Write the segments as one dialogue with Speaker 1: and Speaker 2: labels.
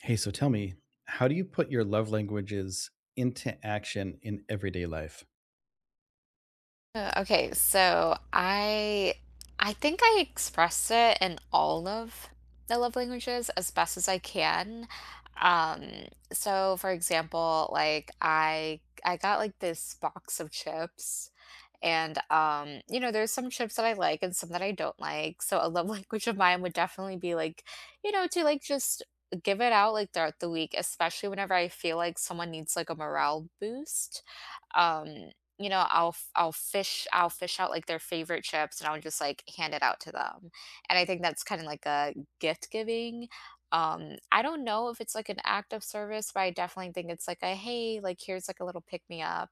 Speaker 1: Hey, so tell me, how do you put your love languages into action in everyday life?
Speaker 2: Okay, so I think I express it in all of the love languages as best as I can. Um, so for example, like I got like this box of chips and you know, there's some chips that I like and some that I don't like. So a love language of mine would definitely be like, you know, to like just give it out like throughout the week, especially whenever I feel like someone needs like a morale boost um, you know, I'll fish out, like, their favorite chips, and I'll just, like, hand it out to them, and I think that's kinda like a gift giving. I don't know if it's, like, an act of service, but I definitely think it's like a, "Hey, like, here's, like, a little pick me up,"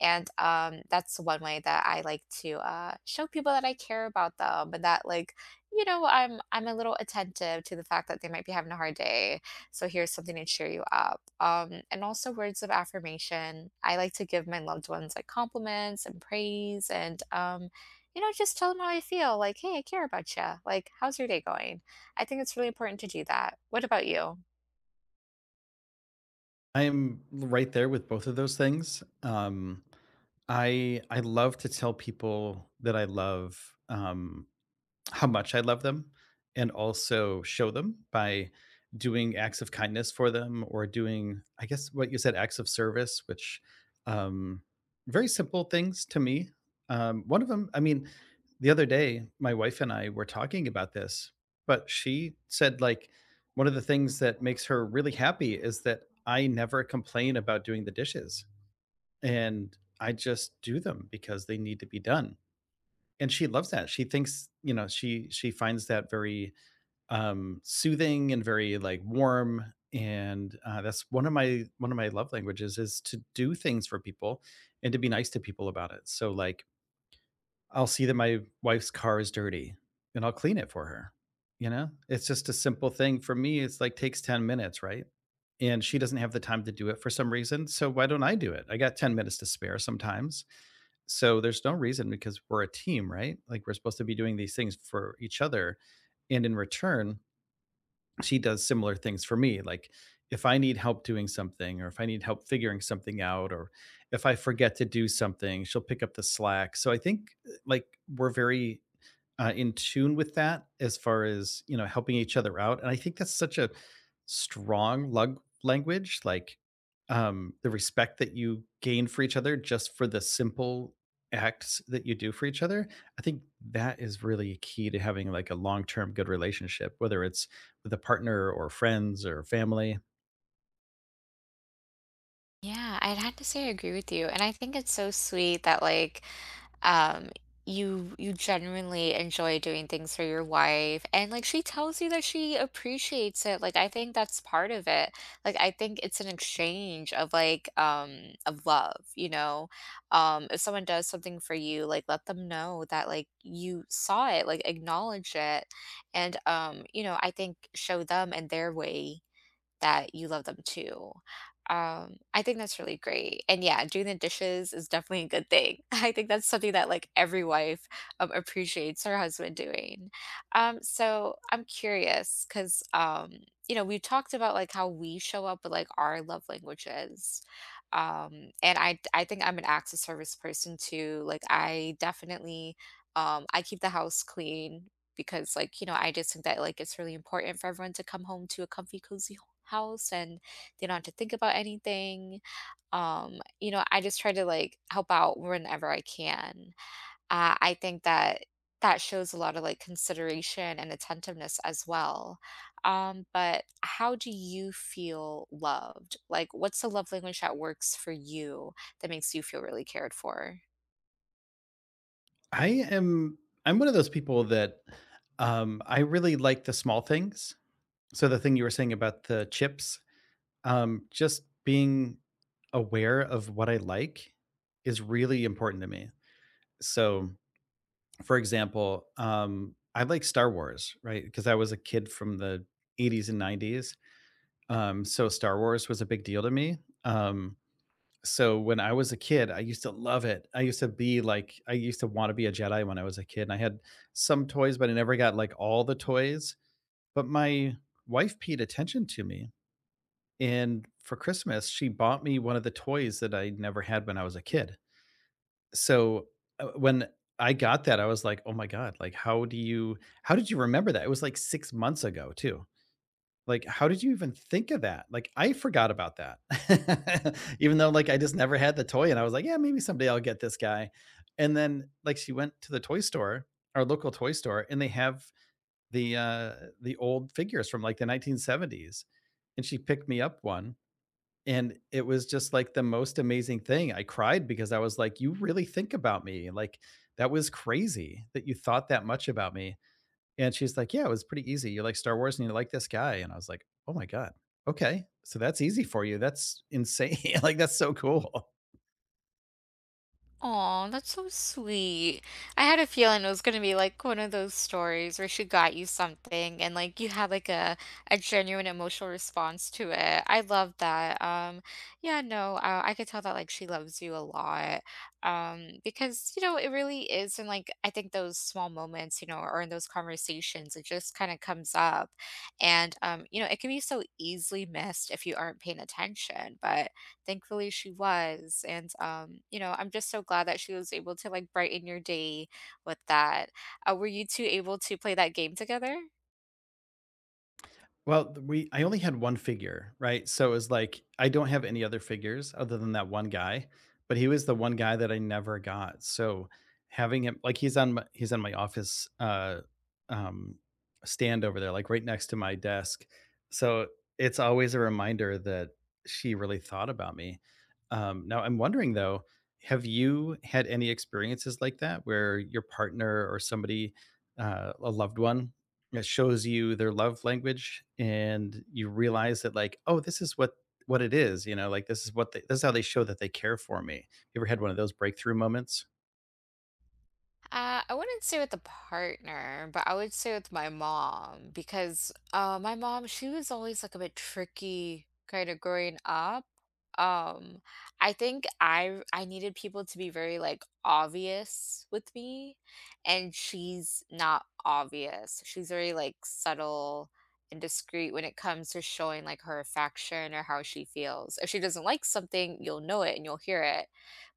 Speaker 2: and, that's one way that I like to, show people that I care about them and that, like, you know, I'm a little attentive to the fact that they might be having a hard day. So here's something to cheer you up. And also words of affirmation. I like to give my loved ones like compliments and praise and, you know, just tell them how I feel. Like, hey, I care about you. Like, how's your day going? I think it's really important to do that. What about you?
Speaker 1: I am right there with both of those things. I love to tell people that I love um, how much I love them and also show them by doing acts of kindness for them or doing, I guess, what you said, acts of service, which um, very simple things to me. One of them, the other day, my wife and I were talking about this, but she said, like, one of the things that makes her really happy is that I never complain about doing the dishes and I just do them because they need to be done and she loves that. She thinks, you know, she finds that very soothing and very like warm and that's one of my love languages is to do things for people and to be nice to people about it. So like I'll see that my wife's car is dirty and I'll clean it for her. You know? It's just a simple thing for me. It's like takes 10 minutes, right? And she doesn't have the time to do it for some reason. So why don't I do it? I got 10 minutes to spare sometimes, so there's no reason because we're a team, right? Like we're supposed to be doing these things for each other. And in return, she does similar things for me. Like if I need help doing something or if I need help figuring something out or if I forget to do something, she'll pick up the slack. So I think like we're very in tune with that as far as, you know, helping each other out, and I think that's such a strong language, like the respect that you gain for each other just for the simple acts that you do for each other. I think that is really key to having like a long-term good relationship, whether it's with a partner or friends or family.
Speaker 2: Yeah, I'd have to say I agree with you. And I think it's so sweet that, like, um you genuinely enjoy doing things for your wife, and like she tells you that she appreciates it. Like, I think that's part of it. Like, I think it's an exchange of like of love, you know. If someone does something for you, like let them know that like you saw it, like acknowledge it. And you know, I think show them in their way that you love them too. I think that's really great. And yeah, doing the dishes is definitely a good thing. I think that's something that like every wife appreciates her husband doing. So I'm curious, because you know, we talked about like how we show up with like our love languages, and I think I'm an acts of service person too. Like I definitely I keep the house clean because like you know I just think that like it's really important for everyone to come home to a comfy cozy house, and they don't have to think about anything. You know, I just try to like help out whenever I can. I think that shows a lot of like consideration and attentiveness as well. But how do you feel loved? Like, what's the love language that works for you that makes you feel really cared for?
Speaker 1: I am i'm one of those people that I really like the small things. So the thing you were saying about the chips, just being aware of what I like is really important to me. So, for example, I like Star Wars, right? Because I was a kid from the 80s and 90s. So Star Wars was a big deal to me. Um, so when I was a kid, I used to love it. I used to be like, I used to want to be a Jedi when I was a kid. And I had some toys, but I never got like all the toys. But my wife paid attention to me. And for Christmas, she bought me one of the toys that I never had when I was a kid. So, when I got that, I was like, "Oh my god, like, how did you remember that?" It was, like, 6 months ago too. Like, how did you even think of that? Like, I forgot about that. Even though, like, I just never had the toy and I was like, "Yeah, maybe someday I'll get this guy." And then, like, she went to the toy store, our local toy store, and they have the, uh, the old figures from, like, the 1970s, and she picked me up one and it was just like the most amazing thing. I cried because I was like, "You really think about me. Like, that was crazy that you thought that much about me." And she's like, "Yeah, it was pretty easy. You like Star Wars and you like this guy." And I was like, "Oh my God. Okay. So that's easy for you. That's insane. Like, that's so cool."
Speaker 2: Aw, that's so sweet. I had a feeling it was gonna be like one of those stories where she got you something and like you had like a genuine emotional response to it. I love that. Yeah, no, I could tell that like she loves you a lot. Because you know it really is, and like I think those small moments, you know, or in those conversations, it just kind of comes up, and you know, it can be so easily missed if you aren't paying attention. But thankfully, she was, and, you know, I'm just so glad that she was able to, like, brighten your day with that. Were you two able to play that game together?
Speaker 1: Well, th we I only had 1 figure, right? So, it was like, I don't have any other figures other than that 1 guy, but he was the 1 guy that I never got. So, having him like, he's on my office, um, stand over there, like, right next to my desk. So, it's always a reminder that she really thought about me. Now I'm wondering though, have you had any experiences like that where your partner or somebody, a loved one it shows you their love language, and you realize that, like, oh, this is what it is. You know, like this is how they show that they care for me. You ever had one of those breakthrough moments?
Speaker 2: I wouldn't say with a partner, but I would say with my mom, because my mom, she was always like a bit tricky kind of growing up. Um, I think I needed people to be very like obvious with me, and she's not obvious. She's very like subtle and discreet when it comes to showing like her affection or how she feels. If she doesn't like something, you'll know it and you'll hear it,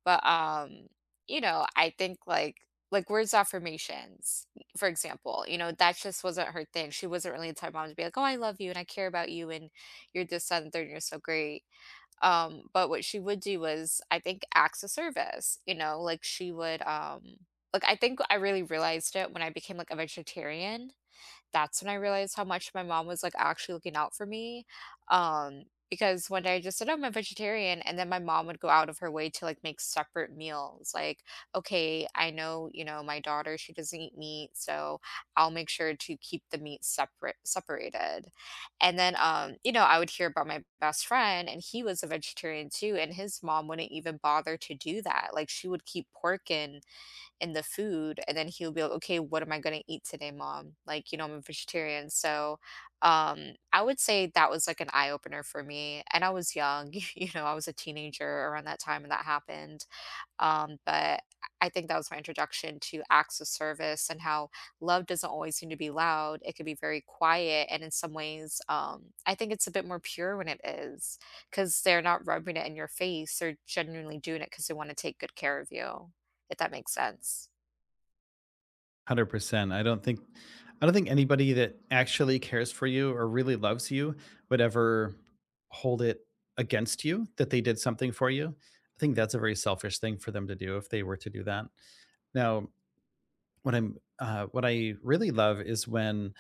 Speaker 2: but, you know, I think, like, words affirmations, for example, you know, that just wasn't her thing. She wasn't really the type of mom to be like, "Oh, I love you, and I care about you, and you're this, that, and third, and you're so great." But what she would do was, I think, acts of service, you know? Like, she would, like, I think I really realized it when I became, like, a vegetarian. That's when I realized how much my mom was, like, actually looking out for me, um, because one day I just said, "Oh, I'm a vegetarian," and then my mom would go out of her way to, like, make separate meals, like, "Okay, I know, you know, my daughter, she doesn't eat meat, so I'll make sure to keep the meat separated." And then, you know, I would hear about my best friend, and he was a vegetarian too, and his mom wouldn't even bother to do that, like, she would keep pork in the food, and then he'll be like, okay, what am I going to eat today, mom? Like, you know, I'm a vegetarian. So, I would say that was like an eye opener for me, and I was young. You know, I was a teenager around that time when that happened. But I think that was my introduction to acts of service, and how love doesn't always seem to be loud. It can be very quiet, and in some ways, I think it's a bit more pure when it is, because they're not rubbing it in your face. They're genuinely doing it because they want to take good care of you, if that makes sense.
Speaker 1: 100%. I don't think anybody that actually cares for you or really loves you would ever hold it against you that they did something for you. I think that's a very selfish thing for them to do if they were to do that. Now, what I really love is when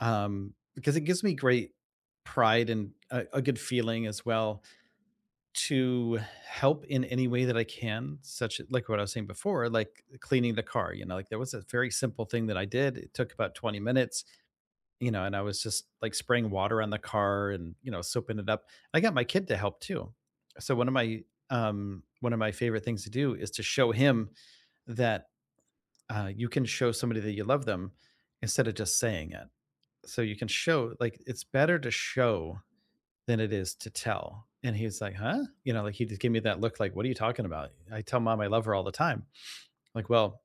Speaker 1: because it gives me great pride and a good feeling as well to help in any way that I can, such as- like what I was saying before, like cleaning the car. You know, like there was a very simple thing that I did. It took about 20 minutes, you know, and I was just like spraying water on the car and you know soaping it up. I got my kid to help too. So one of my favorite things to do is to show him that you can show somebody that you love them instead of just saying it. So you can show, like, it's better to show than it is to tell. And he's like, huh? You know, like he just gave me that look, like, what are you talking about? I tell mom I love her all the time. Like, well,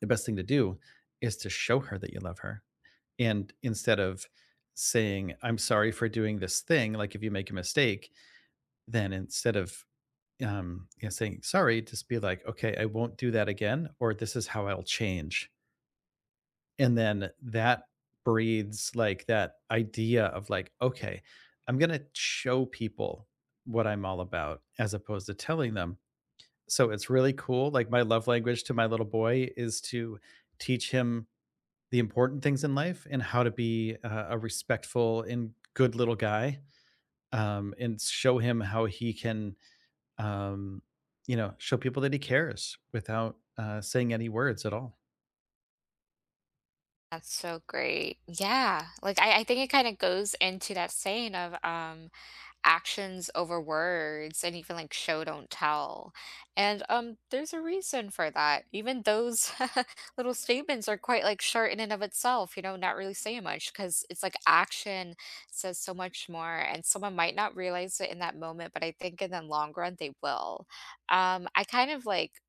Speaker 1: the best thing to do is to show her that you love her. And instead of saying, I'm sorry for doing this thing, like if you make a mistake, then instead of you know, saying sorry, just be like, okay, I won't do that again, or this is how I'll change, and then that breeds like that idea of like, okay, I'm going to show people what I'm all about as opposed to telling them. So it's really cool. Like my love language to my little boy is to teach him the important things in life and how to be a respectful and good little guy, and show him how he can um, you know, show people that he cares without saying any words at all.
Speaker 2: That's so great. Yeah. Like I think it kind of goes into that saying of actions over words, and even like show don't tell. And there's a reason for that. Even those little statements are quite like short in and of itself, you know, not really saying much, because it's like action says so much more, and someone might not realize it in that moment, but I think in the long run they will. Um I kind of like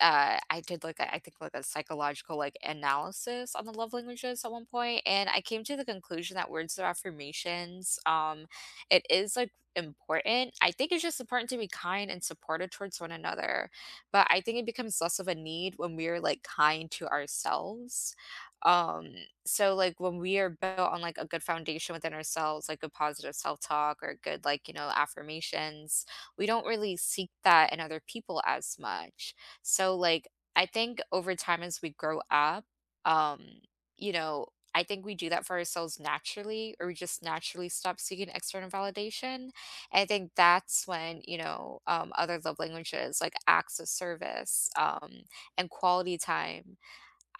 Speaker 2: I did like a, I think like a psychological like analysis on the love languages at one point, and I came to the conclusion that words of affirmations, it is like important. I think it's just important to be kind and supportive towards one another, but I think it becomes less of a need when we are like kind to ourselves. Um, so like when we are built on like a good foundation within ourselves, like a positive self talk or good like you know affirmations, we don't really seek that in other people as much. So, like, I think over time as we grow up, um, you know, I think we do that for ourselves naturally, or we just naturally stop seeking external validation. And I think that's when, you know, other love languages like acts of service and quality time,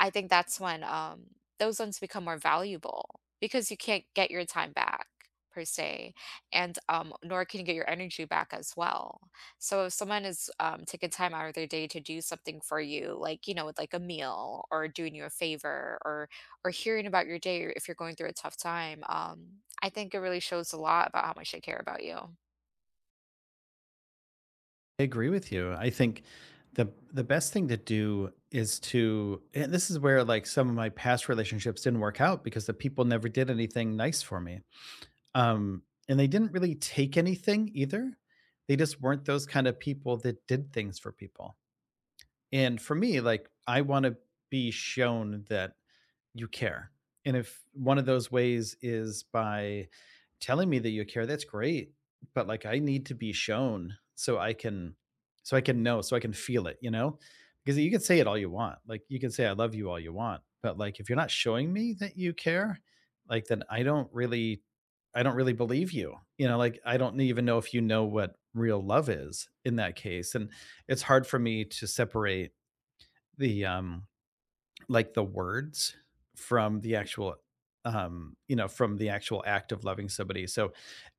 Speaker 2: I think that's when, those ones become more valuable, because you can't get your time back per se, and, nor can you get your energy back as well. So if someone is, taking time out of their day to do something for you, like, you know, with like a meal or doing you a favor or hearing about your day, or if you're going through a tough time, I think it really shows a lot about how much they care about you.
Speaker 1: I agree with you. I think the best thing to do is to, and this is where like some of my past relationships didn't work out because the people never did anything nice for me. Um and they didn't really take anything either. They just weren't those kind of people that did things for people. And for me, like I want to be shown that you care. And if one of those ways is by telling me that you care, that's great. But like I need to be shown, so I can, know, so I can feel it, you know? Because you can say it all you want. Like you can say I love you all you want, but like if you're not showing me that you care, like then I don't really believe you. You know, like I don't even know if you know what real love is in that case. And it's hard for me to separate the like the words from the actual you know, from the actual act of loving somebody. so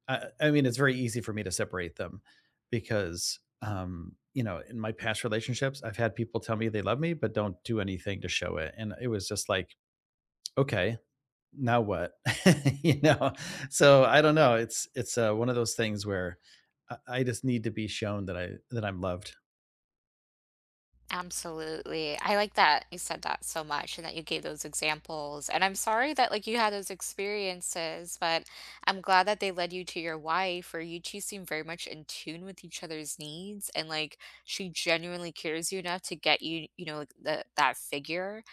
Speaker 1: i, I mean it's very easy for me to separate them because you know, in my past relationships I've had people tell me they love me but don't do anything to show it and it was just like, okay, now what? You know, so I don't know, it's one of those things where I just need to be shown that I'm loved.
Speaker 2: Absolutely. I like that you said that so much, and that you gave those examples. And I'm sorry that like you had those experiences, but I'm glad that they led you to your wife, where you two seem very much in tune with each other's needs, and like she genuinely cares you enough to get you, you know, like the, that figure.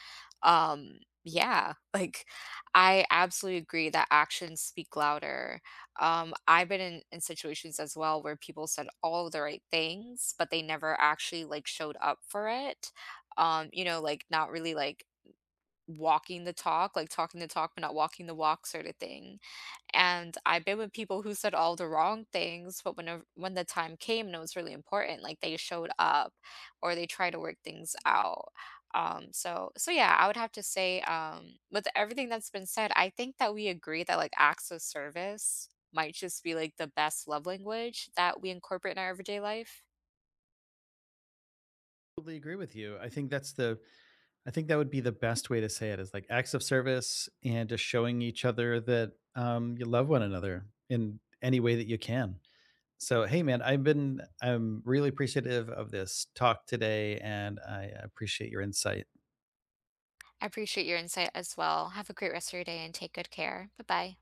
Speaker 2: um, yeah, like, I absolutely agree that actions speak louder. I've been in situations as well where people said all the right things, but they never actually, like, showed up for it. You know, like, not really, like, walking the talk, like, talking the talk, but not walking the walk sorta thing. And I've been with people who said all the wrong things, but when the time came and it was really important, like, they showed up, or they tried to work things out. So yeah, I would have to say, with everything that's been said, I think that we agree that, like, acts of service might just be, like, the best love language that we incorporate in our everyday life.
Speaker 1: Totally agree with you. I think that would be the best way to say it is like acts of service and just showing each other that, you love one another in any way that you can. So, hey, man, I'm really appreciative of this talk today and I appreciate your insight.
Speaker 2: I appreciate your insight as well. Have a great rest of your day and take good care. Bye-bye.